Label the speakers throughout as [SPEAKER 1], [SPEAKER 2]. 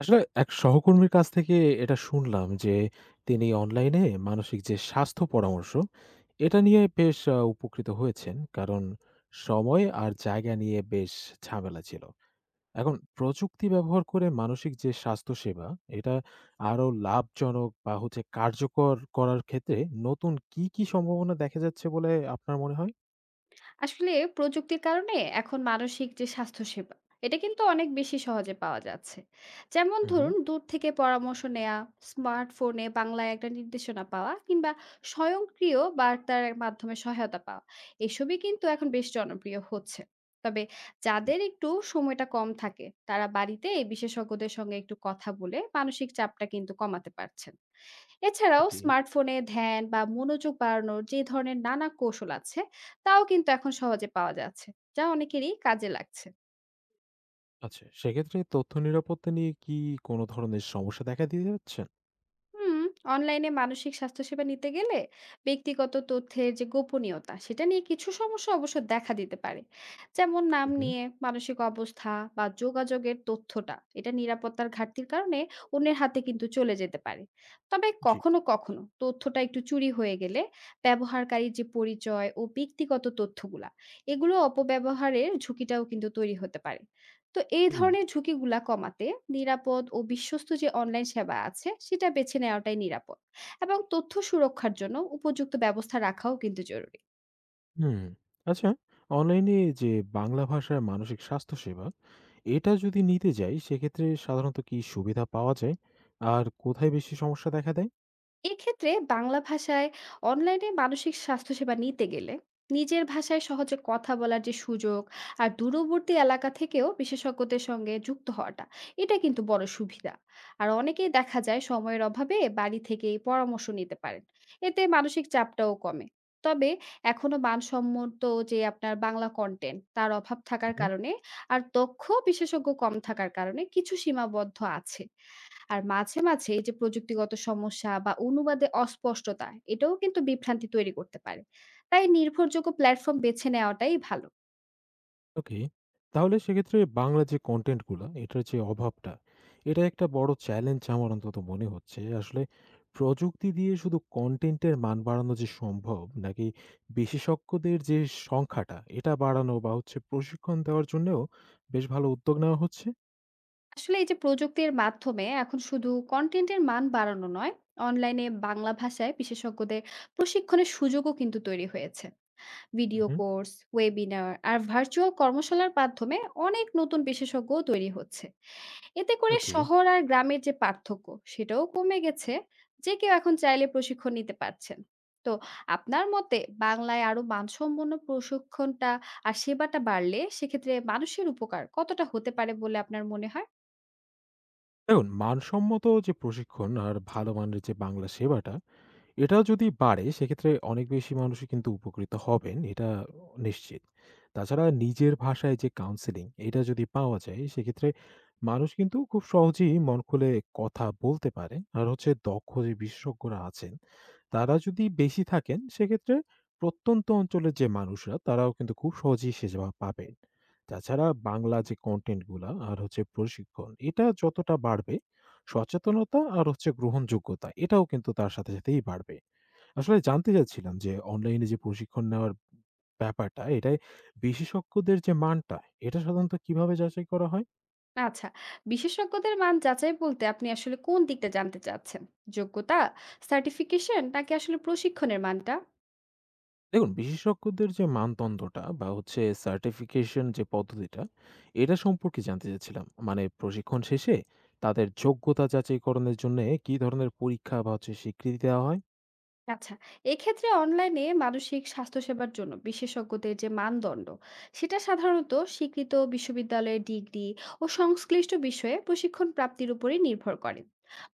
[SPEAKER 1] আসলে এক সহকর্মীর কাছ থেকে এটা শুনলাম যে তিনি অনলাইনে মানসিক যে স্বাস্থ্য পরামর্শ এটা নিয়ে বেশ উপকৃত হয়েছেন কারণ সময় আর জায়গা নিয়ে বেশ ঝামেলা ছিল। এখন প্রযুক্তি ব্যবহার করে মানসিক যে স্বাস্থ্য সেবা এটা আরো লাভজনক বা হচ্ছে কার্যকর করার ক্ষেত্রে নতুন কি কি সম্ভাবনা দেখা যাচ্ছে বলে আপনার মনে হয়?
[SPEAKER 2] আসলে প্রযুক্তির কারণে এখন মানসিক যে স্বাস্থ্য সেবা এটা কিন্তু অনেক বেশি সহজে পাওয়া যাচ্ছে। যেমন
[SPEAKER 1] উম হুম।
[SPEAKER 2] ধরুন দূর থেকে পরামর্শ নেওয়া, স্মার্টফোনে বাংলায় একটা নির্দেশনা পাওয়া কিংবা স্বয়ংক্রিয় বার্তার মাধ্যমে সহায়তা পাওয়া, এসবই কিন্তু এখন বেশ জনপ্রিয় হচ্ছে। তবে
[SPEAKER 1] জি।
[SPEAKER 2] যাদের একটু সময়টা কম থাকে, তারা বাড়িতে এই বিশেষজ্ঞদের সঙ্গে একটু কথা বলে মানসিক চাপটা কিন্তু কমাতে পারছেন। এছাড়াও
[SPEAKER 1] ওকে।
[SPEAKER 2] স্মার্টফোনে ধ্যান বা মনোযোগ বাড়ানোর যে ধরনের নানা কৌশল আছে, তাও কিন্তু এখন সহজে পাওয়া যাচ্ছে। যা অনেকেরই কাজে লাগছে।
[SPEAKER 1] আচ্ছা, সেক্ষেত্রে তথ্য নিরাপত্তা নিয়ে কি কোনো ধরনের সমস্যা দেখা দিয়ে যাচ্ছে?
[SPEAKER 2] হুম, অনলাইনে মানসিক স্বাস্থ্যসেবা নিতে গেলে ব্যক্তিগত তথ্যের যে গোপনীয়তা, সেটা নিয়ে কিছু সমস্যা অবশ্য দেখা দিতে পারে। যেমন নাম
[SPEAKER 1] হুম।
[SPEAKER 2] নিয়ে মানসিক অবস্থা বা যোগাযোগের তথ্যটা, এটা নিরাপত্তার ঘাটতির কারণে অন্যের হাতে কিন্তু চলে যেতে পারে। তবে
[SPEAKER 1] জি।
[SPEAKER 2] কখনো, কখনো তথ্যটা একটু চুরি হয়ে গেলে ব্যবহারকারীর যে পরিচয় ও ব্যক্তিগত তথ্যগুলা, এগুলো অপব্যবহারের ঝুঁকিটাও কিন্তু তৈরি হতে পারে। তো এই
[SPEAKER 1] হুম,
[SPEAKER 2] ধরনের ঝুঁকিগুলা কমাতে নিরাপদ ও বিশ্বস্ত যে অনলাইন সেবা আছে সেটা বেছে নেওয়াটাই নিরাপদ, এবং তথ্য সুরক্ষার জন্য উপযুক্ত ব্যবস্থা রাখাও কিন্তু জরুরি।
[SPEAKER 1] হুম। আচ্ছা, অনলাইনে যে বাংলা ভাষার মানসিক স্বাস্থ্য সেবা, এটা যদি নিতে যাই সেক্ষেত্রে সাধারণত কি সুবিধা পাওয়া যায়? আর কোথায় বেশি সমস্যা দেখা দেয়?
[SPEAKER 2] এক্ষেত্রে বাংলা ভাষায় অনলাইনে মানসিক স্বাস্থ্যসেবা নিতে গেলে নিজের ভাষায় সহজে কথা বলার যে সুযোগ আর দূরবর্তী এলাকা থেকেও বিশেষজ্ঞদের সঙ্গে যুক্ত হওয়াটা, এটা কিন্তু বড় সুবিধা। আর অনেকেই দেখা যায় সময়ের অভাবে বাড়ি থেকেই পরামর্শ নিতে পারেন, এতে মানসিক চাপটাও কমে। তবে এখনো মানসম্মত যে আপনার বাংলা কন্টেন্ট তার অভাব থাকার
[SPEAKER 1] উহু।
[SPEAKER 2] কারণে আর দক্ষ বিশেষজ্ঞ কম থাকার কারণে কিছু সীমাবদ্ধ আছে। আর মাঝে, মাঝে এই যে প্রযুক্তিগত সমস্যা বা অনুবাদে অস্পষ্টতা, এটাও কিন্তু বিভ্রান্তি তৈরি করতে পারে। তাই নির্ভরযোগ্য প্ল্যাটফর্ম বেছে নেওয়াটাই ভালো।
[SPEAKER 1] ওকে। তাহলে সেক্ষেত্রে বাংলা যে কনটেন্ট গুলা এটার যে অভাবটা, এটা একটা বড় চ্যালেঞ্জ আমার অন্তত মনে হচ্ছে। আসলে প্রযুক্তি দিয়ে শুধু কনটেন্টের মান বাড়ানো যে সম্ভব নাকি বিশেষজ্ঞদের যে সংখ্যাটা এটা বাড়ানো বা হচ্ছে প্রশিক্ষণ দেওয়ার জন্যেও বেশ ভালো উদ্যোগ নেওয়া হচ্ছে?
[SPEAKER 2] আসলে এই যে প্রযুক্তির মাধ্যমে এখন শুধু কনটেন্টের মান বাড়ানো নয়, অনলাইনে বাংলা ভাষায় বিশেষজ্ঞদের প্রশিক্ষণের সুযোগও কিন্তু তৈরি হয়েছে। ভিডিও
[SPEAKER 1] উহু।
[SPEAKER 2] কোর্স, ওয়েবিনার আর ভার্চুয়াল কর্মশালার মাধ্যমে অনেক নতুন বিশেষজ্ঞ তৈরি হচ্ছে। এতে করে
[SPEAKER 1] ওকে।
[SPEAKER 2] শহর আর গ্রামের যে পার্থক্য সেটাও কমে গেছে। যে কেউ এখন চাইলে প্রশিক্ষণ নিতে পারছেন। তো আপনার মতে বাংলায় আরো মানসম্পন্ন প্রশিক্ষণটা আর সেবাটা বাড়লে সেক্ষেত্রে মানুষের উপকার কতটা হতে পারে বলে আপনার মনে হয়?
[SPEAKER 1] দেখুন, মানসম্মত যে প্রশিক্ষণ আর ভালো মানের যে বাংলা সেবাটা, এটা যদি বাড়ে সেক্ষেত্রে অনেক বেশি মানুষই কিন্তু উপকৃত হবেন, এটা নিশ্চিত। তাছাড়া নিজের ভাষায় যে কাউন্সেলিং এটা যদি পাওয়া যায় সেক্ষেত্রে মানুষ কিন্তু খুব সহজেই মন খুলে কথা বলতে পারে। আর হচ্ছে দক্ষ যে বিশেষজ্ঞরা আছেন তারা যদি বেশি থাকেন সেক্ষেত্রে প্রত্যন্ত অঞ্চলের যে মানুষরা তারাও কিন্তু খুব সহজেই সেবা পাবেন। তাছাড়া বাংলা যে কন্টেন্টগুলা আর হচ্ছে প্রশিক্ষণ এটা যতটা বাড়বে সচেতনতা আর হচ্ছে গ্রহণযোগ্যতা এটাও কিন্তু তার সাথে সাথেই বাড়বে। আসলে জানতে চাচ্ছিলাম যে অনলাইনে যে প্রশিক্ষণ নেওয়ার ব্যাপারটা এটাই বিশেষজ্ঞদের যে মানটা এটা সাধারণত কিভাবে যাচাই করা হয়?
[SPEAKER 2] আচ্ছা, বিশেষজ্ঞদের মান যাচাই বলতে আপনি আসলে কোন দিকটা জানতে চাচ্ছেন? যোগ্যতা, সার্টিফিকেশন নাকি আসলে প্রশিক্ষণের মানটা?
[SPEAKER 1] দেখুন, বিশেষজ্ঞদের যে মানদণ্ডটা বা হচ্ছে সার্টিফিকেশন যে পদ্ধতিটা, এটা সম্পর্কে জানতে চাচ্ছিলাম। মানে প্রশিক্ষণ শেষে তাদের যোগ্যতা যাচাইকরণের জন্যে কি ধরনের পরীক্ষা বা হচ্ছে স্বীকৃতি দেওয়া হয়?
[SPEAKER 2] আচ্ছা, এক্ষেত্রে অনলাইনে মানসিক স্বাস্থ্যসেবার জন্য বিশেষজ্ঞদের যে মানদণ্ড, সেটা সাধারণত স্বীকৃত বিশ্ববিদ্যালয়ের ডিগ্রি ও সংশ্লিষ্ট বিষয়ে প্রশিক্ষণ প্রাপ্তির উপরই নির্ভর করে।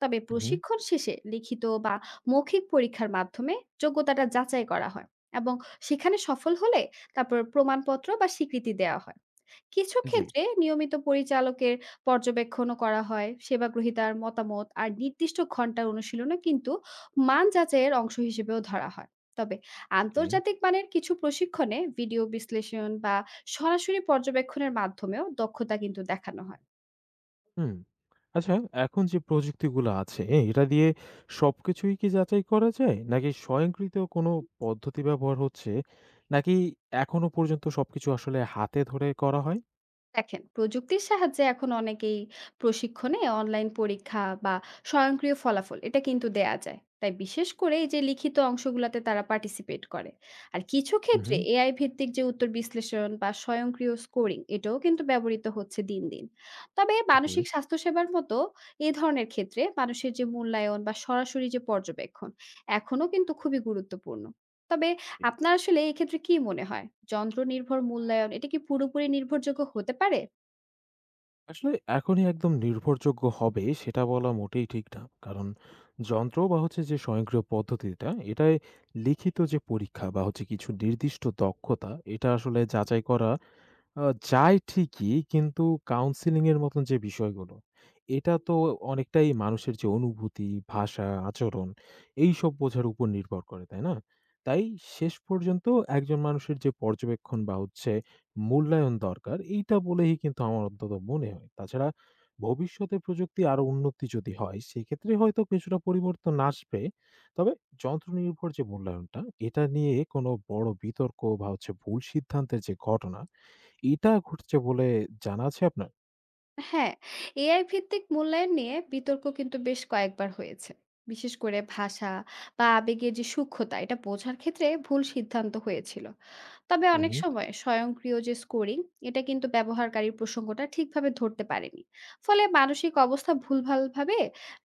[SPEAKER 2] তবে
[SPEAKER 1] হুম।
[SPEAKER 2] প্রশিক্ষণ শেষে লিখিত বা মৌখিক পরীক্ষার মাধ্যমে যোগ্যতাটা যাচাই করা হয়, এবং সেখানে সফল হলে তারপর প্রমাণপত্র বা স্বীকৃতি দেওয়া হয়। কিছু
[SPEAKER 1] জি।
[SPEAKER 2] ক্ষেত্রে নিয়মিত পরিচালকের পর্যবেক্ষণও করা হয়, সেবাগ্রহীতার মতামত আর নির্দিষ্ট ঘন্টার অনুশীলনও কিন্তু মান যাচাইয়ের অংশ হিসেবেও ধরা হয়। তবে
[SPEAKER 1] ওকে।
[SPEAKER 2] আন্তর্জাতিক মানের কিছু প্রশিক্ষণে ভিডিও বিশ্লেষণ বা সরাসরি পর্যবেক্ষণের মাধ্যমেও দক্ষতা কিন্তু দেখানো হয়।
[SPEAKER 1] হুম। আচ্ছা, এখন যে প্রযুক্তিগুলো আছে, হ্যাঁ, এটা দিয়ে সবকিছুই কি যাচাই করা যায়? নাকি স্বয়ংক্রিয় কোনো পদ্ধতি ব্যবহার হচ্ছে? নাকি এখনো পর্যন্ত সবকিছু আসলে হাতে ধরে করা হয়?
[SPEAKER 2] দেখেন প্রযুক্তির সাহায্যে এখন অনেকেই প্রশিক্ষণে অনলাইন পরীক্ষা বা স্বয়ংক্রিয় ফলাফল এটা কিন্তু দেয়া যায়, তাই বিশেষ করে এই যে লিখিত অংশগুলোতে তারা পার্টিসিপেট করে। আর কিছু
[SPEAKER 1] হুম,
[SPEAKER 2] ক্ষেত্রে
[SPEAKER 1] হুম।
[SPEAKER 2] এআই ভিত্তিক যে উত্তর বিশ্লেষণ বা স্বয়ংক্রিয় স্কোরিং এটাও কিন্তু ব্যবহৃত হচ্ছে দিন দিন। তবে
[SPEAKER 1] ওকে।
[SPEAKER 2] মানসিক স্বাস্থ্যসেবার মতো এই ধরনের ক্ষেত্রে মানুষের যে মূল্যায়ন বা সরাসরি যে পর্যবেক্ষণ এখনো কিন্তু খুবই গুরুত্বপূর্ণ। তবে আপনার আসলে এক্ষেত্রে কি মনে হয়? যন্ত্র নির্ভর মূল্যায়ন এটা কি পুরোপুরি নির্ভরযোগ্য হতে পারে?
[SPEAKER 1] আসলে এখনই একদম নির্ভরযোগ্য হবে সেটা বলা মোটেই ঠিক না। কারণ যন্ত্র বা হচ্ছে যে স্বয়ংক্রিয় পদ্ধতিটা, এটায় লিখিত যে পরীক্ষা বা হচ্ছে কিছু নির্দিষ্ট দক্ষতা, এটা আসলে যাচাই করা আ যায় ঠিকই কিন্তু কাউন্সেলিং এর মতন যে বিষয়গুলো, এটা তো অনেকটাই মানুষের যে অনুভূতি, ভাষা, আচরণ এইসব বোঝার উপর নির্ভর করে, তাই না? তাই শেষ পর্যন্ত একজন মানুষের যে পর্যবেক্ষণ বা হচ্ছে মূল্যায়ন দরকার, এইটা বলেই কিন্তু আমার অন্তত মনে হয়। তাছাড়া ভবিষ্যতে প্রযুক্তি আরো উন্নতি যদি হয়, সেক্ষেত্রে হয়তো কিছুটা পরিবর্তন আসবে। তবে যন্ত্রনির্ভর যে মূল্যায়নটা, এটা নিয়ে কোনো বড় বিতর্ক বা হচ্ছে ভুল সিদ্ধান্তের যে ঘটনা এটা ঘটছে বলে জানা আছে আপনার?
[SPEAKER 2] হ্যাঁ, এআই ভিত্তিক মূল্যায়ন নিয়ে বিতর্ক কিন্তু বেশ কয়েকবার হয়েছে। বিশেষ করে ভাষা বা আবেগের যে সূক্ষ্মতা এটা বোঝার ক্ষেত্রে ভুল সিদ্ধান্ত হয়েছিল। তবে অনেক
[SPEAKER 1] উহু।
[SPEAKER 2] সময় স্বয়ংক্রিয় যে স্কোরিং এটা কিন্তু ব্যবহারকারীর প্রসঙ্গটা ঠিকভাবে ধরতে পারেনি, ফলে মানসিক অবস্থা ভুলভালভাবে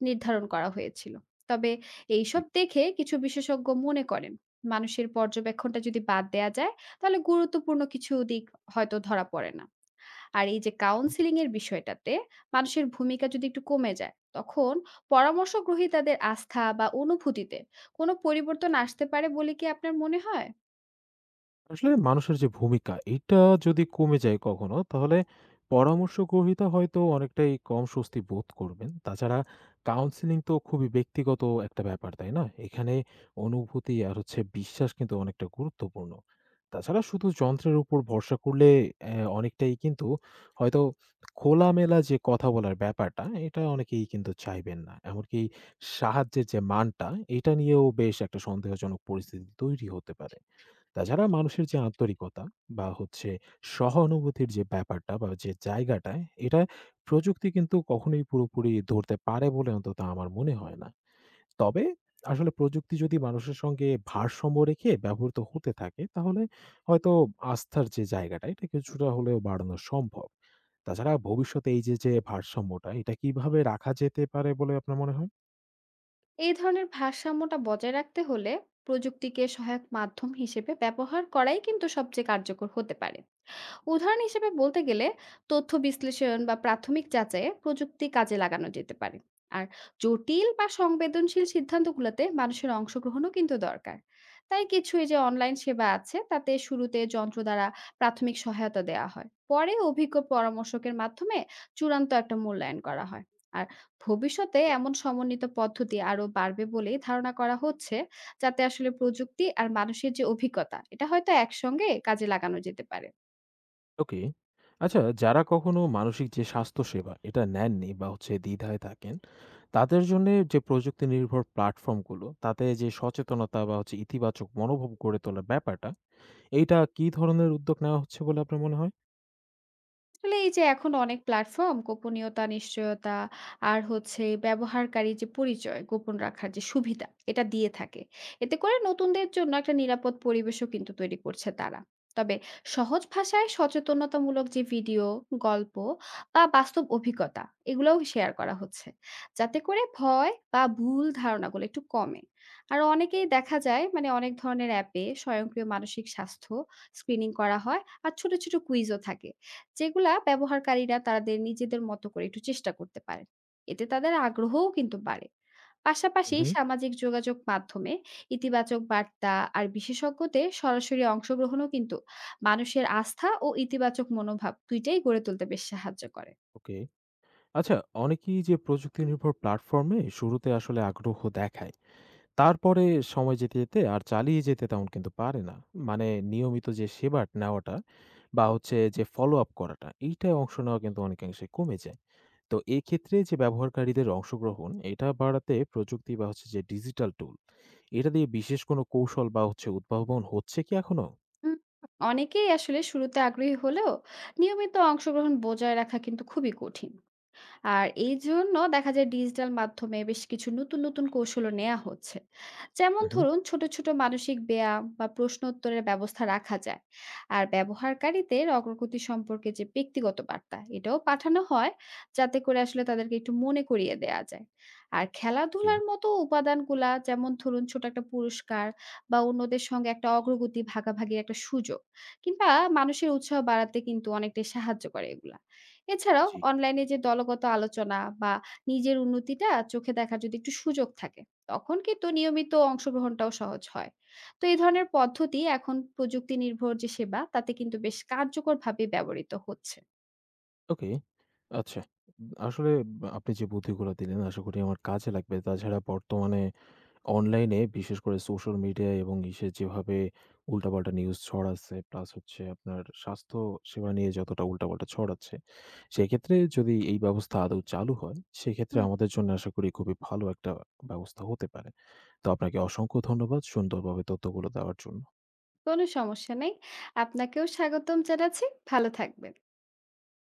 [SPEAKER 2] নির্ধারণ করা হয়েছিল। তবে এইসব দেখে কিছু বিশেষজ্ঞ মনে করেন মানুষের পর্যবেক্ষণটা যদি বাদ দেয়া যায় তাহলে গুরুত্বপূর্ণ কিছু দিক হয়তো ধরা পড়ে না। আর এই যে কাউন্সিলিং এর বিষয়টাতে মানুষের ভূমিকা যদি একটু কমে যায় তখন পরামর্শ গ্রহীতাদের আস্থা বা অনুভূতিতে কোনো পরিবর্তন আসতে পারে বলে কি আপনার মনে হয়?
[SPEAKER 1] আসলে মানুষের যে ভূমিকা এটা যদি কমে যায় কখনো তাহলে পরামর্শ গ্রহীতা হয়তো অনেকটাই কম স্বস্তি বোধ করবেন। তাছাড়া কাউন্সিলিং তো খুবই ব্যক্তিগত একটা ব্যাপার, তাই না? এখানে অনুভূতি আর হচ্ছে বিশ্বাস কিন্তু অনেকটা গুরুত্বপূর্ণ। তাছাড়া শুধু যন্ত্রের উপর ভরসা করলে অনেকটাই কিন্তু হয়তো খোলামেলা যে কথা বলার ব্যাপারটা এটা অনেকেই কিন্তু চাইবেন না। এমনকি সাহায্যের যে মানটা এটা নিয়েও বেশ একটা সন্দেহজনক পরিস্থিতি তৈরি হতে পারে। তাছাড়া মানুষের যে আন্তরিকতা বা হচ্ছে সহানুভূতির যে ব্যাপারটা বা যে জায়গাটা, এটা প্রযুক্তি কিন্তু কখনোই পুরোপুরি ধরতে পারে বলে অন্তত আমার মনে হয় না। তবে আসলে প্রযুক্তি যদি মানুষের সঙ্গে ভারসাম্য রেখে ব্যবহৃত হতে থাকে, তাহলে হয়তো আস্থার যে জায়গাটা, এটা কিছুটা হলেও বাড়ানো সম্ভব। তাছাড়া ভবিষ্যতে এই যে, যে ভারসাম্যটা, এটা কিভাবে রাখা যেতে পারে বলে আপনার মনে হয়?
[SPEAKER 2] এই ধরনের ভারসাম্যটা বজায় রাখতে হলে প্রযুক্তিকে সহায়ক মাধ্যম হিসেবে ব্যবহার করাই কিন্তু সবচেয়ে কার্যকর হতে পারে। উদাহরণ হিসেবে বলতে গেলে তথ্য বিশ্লেষণ বা প্রাথমিক যাচাইয়ে প্রযুক্তি কাজে লাগানো যেতে পারে, আর জটিল বা সংবেদনশীল সিদ্ধান্তগুলোতে মানুষের অংশগ্রহণও কিন্তু দরকার। তাই কিছু এই যে অনলাইন সেবা আছে তাতে শুরুতে যন্ত্র দ্বারা প্রাথমিক সহায়তা দেওয়া হয়, পরে অভিজ্ঞ পরামর্শকের মাধ্যমে চূড়ান্ত একটা মূল্যায়ন করা হয়। আর ভবিষ্যতে এমন সমন্বিত পদ্ধতি আরো বাড়বে বলেই ধারণা করা হচ্ছে, যাতে আসলে প্রযুক্তি আর মানুষের যে অভিজ্ঞতা এটা হয়তো একসঙ্গে কাজে লাগানো যেতে পারে।
[SPEAKER 1] ওকে। আচ্ছা, যারা কখনো মানসিক যে স্বাস্থ্য সেবা এটা নেননি বা হচ্ছে দ্বিধায় থাকেন, তাদের জন্যে যে প্রযুক্তি নির্ভর প্ল্যাটফর্মগুলো তাতে যে সচেতনতা বা হচ্ছে ইতিবাচক মনোভাব গড়ে তোলার ব্যাপারটা, এইটা কি ধরনের উদ্যোগ নেওয়া হচ্ছে বলে আপনার মনে হয়?
[SPEAKER 2] আসলে এই যে এখন অনেক প্ল্যাটফর্ম গোপনীয়তা নিশ্চয়তা আর হচ্ছে ব্যবহারকারী যে পরিচয় গোপন রাখার যে সুবিধা এটা দিয়ে থাকে, এতে করে নতুনদের জন্য একটা নিরাপদ পরিবেশও কিন্তু তৈরি করছে তারা। তবে সহজ ভাষায় সচেতনতামূলক যে ভিডিও, গল্প বা বাস্তব অভিজ্ঞতা এগুলোও শেয়ার করা হচ্ছে, যাতে করে ভয় বা ভুল ধারণাগুলো একটু কমে। আর অনেকেই দেখা যায় মানে অনেক ধরনের অ্যাপে স্বয়ংক্রিয় মানসিক স্বাস্থ্য স্ক্রিনিং করা হয় আর ছোট ছোট কুইজও থাকে, যেগুলা ব্যবহারকারীরা তাদের নিজেদের মতো করে একটু চেষ্টা করতে পারেন। এতে তাদের আগ্রহও কিন্তু বাড়ে। পাশাপাশি
[SPEAKER 1] উহু।
[SPEAKER 2] সামাজিক যোগাযোগ মাধ্যমে ইতিবাচক বার্তা আর বিশেষজ্ঞদের সরাসরি অংশগ্রহণও কিন্তু মানুষের আস্থা ও ইতিবাচক মনোভাব দুইটাই গড়ে তুলতে বেশ সাহায্য করে।
[SPEAKER 1] ওকে। আচ্ছা, অনেকেই যে প্রযুক্তি নির্ভর প্ল্যাটফর্মে শুরুতে আসলে আগ্রহ দেখায়। তারপরে সময় যেতে, যেতে আর চালিয়ে যেতে তেমন কিন্তু পারে না। মানে নিয়মিত যে সেবা নেওয়াটা বা হচ্ছে যে follow-up করাটা, এইটায় অংশ নেওয়া কিন্তু অনেকাংশে কমে যায়। তো এক্ষেত্রে যে ব্যবহারকারীদের অংশগ্রহণ, এটা বাড়াতে প্রযুক্তি বা হচ্ছে যে ডিজিটাল টুল, এটা দিয়ে বিশেষ কোনো কৌশল বা হচ্ছে উদ্ভাবন হচ্ছে কি এখনো?
[SPEAKER 2] উম অনেকেই আসলে শুরুতে আগ্রহী হলেও নিয়মিত অংশগ্রহণ বজায় রাখা কিন্তু খুবই কঠিন। আর এইজন্য দেখা যায় ডিজিটাল মাধ্যমে বেশ কিছু নতুন, নতুন কৌশলও নেয়া হচ্ছে।
[SPEAKER 1] হু,
[SPEAKER 2] যেমন
[SPEAKER 1] হু।
[SPEAKER 2] ধরুন ছোট, ছোট মানসিক ব্যায়াম বা প্রশ্ন উত্তরের ব্যবস্থা রাখা যায়। আর ব্যবহারকারীদের অগ্রগতি সম্পর্কে যে ব্যক্তিগত বার্তা, এটাও পাঠানো হয়, যাতে করে আসলে তাদেরকে একটু মনে করিয়ে দেয়া যায়। আর
[SPEAKER 1] ওকে,
[SPEAKER 2] খেলাধুলার মতো উপাদানগুলা যেমন ধরুন ছোট একটা পুরস্কার বা অন্যদের সঙ্গে একটা অগ্রগতি ভাগাভাগির একটা সুযোগ কিংবা মানুষের উৎসাহ বাড়াতে কিন্তু অনেকটাই সাহায্য করে এগুলা। এছাড়াও
[SPEAKER 1] জি।
[SPEAKER 2] অনলাইনে যে দলগত আলোচনা বা নিজের উন্নতিটা চোখে দেখার যদি একটু সুযোগ থাকে তখন কিন্তু নিয়মিত অংশগ্রহণটাও সহজ হয়। তো এই ধরনের পদ্ধতি এখন প্রযুক্তি নির্ভর যে সেবা তাতে কিন্তু বেশ কার্যকরভাবে ব্যবহৃত হচ্ছে।
[SPEAKER 1] ওকে, আচ্ছা। আসলে আপনি যে বুদ্ধিগুলো দিলেন আশা করি আমার কাজে লাগবে। তাছাড়া বর্তমানে অনলাইনে বিশেষ করে সোশ্যাল মিডিয়া এবং ইসে যেভাবে উল্টাপাল্টা নিউজ ছড়াচ্ছে, প্লাস হচ্ছে আপনার স্বাস্থ্য সেবা নিয়ে যতটা উল্টাপাল্টা ছড়াচ্ছে, সেক্ষেত্রে যদি এই ব্যবস্থা আদৌ চালু হয়, সেক্ষেত্রে
[SPEAKER 2] হুম,
[SPEAKER 1] আমাদের জন্য আশা করি খুবই ভালো একটা ব্যবস্থা হতে পারে। তো আপনাকে অসংখ্য ধন্যবাদ সুন্দরভাবে তথ্যগুলো দেওয়ার জন্য।
[SPEAKER 2] কোনো সমস্যা নেই। আপনাকেও স্বাগতম জানাচ্ছি। ভালো থাকবেন।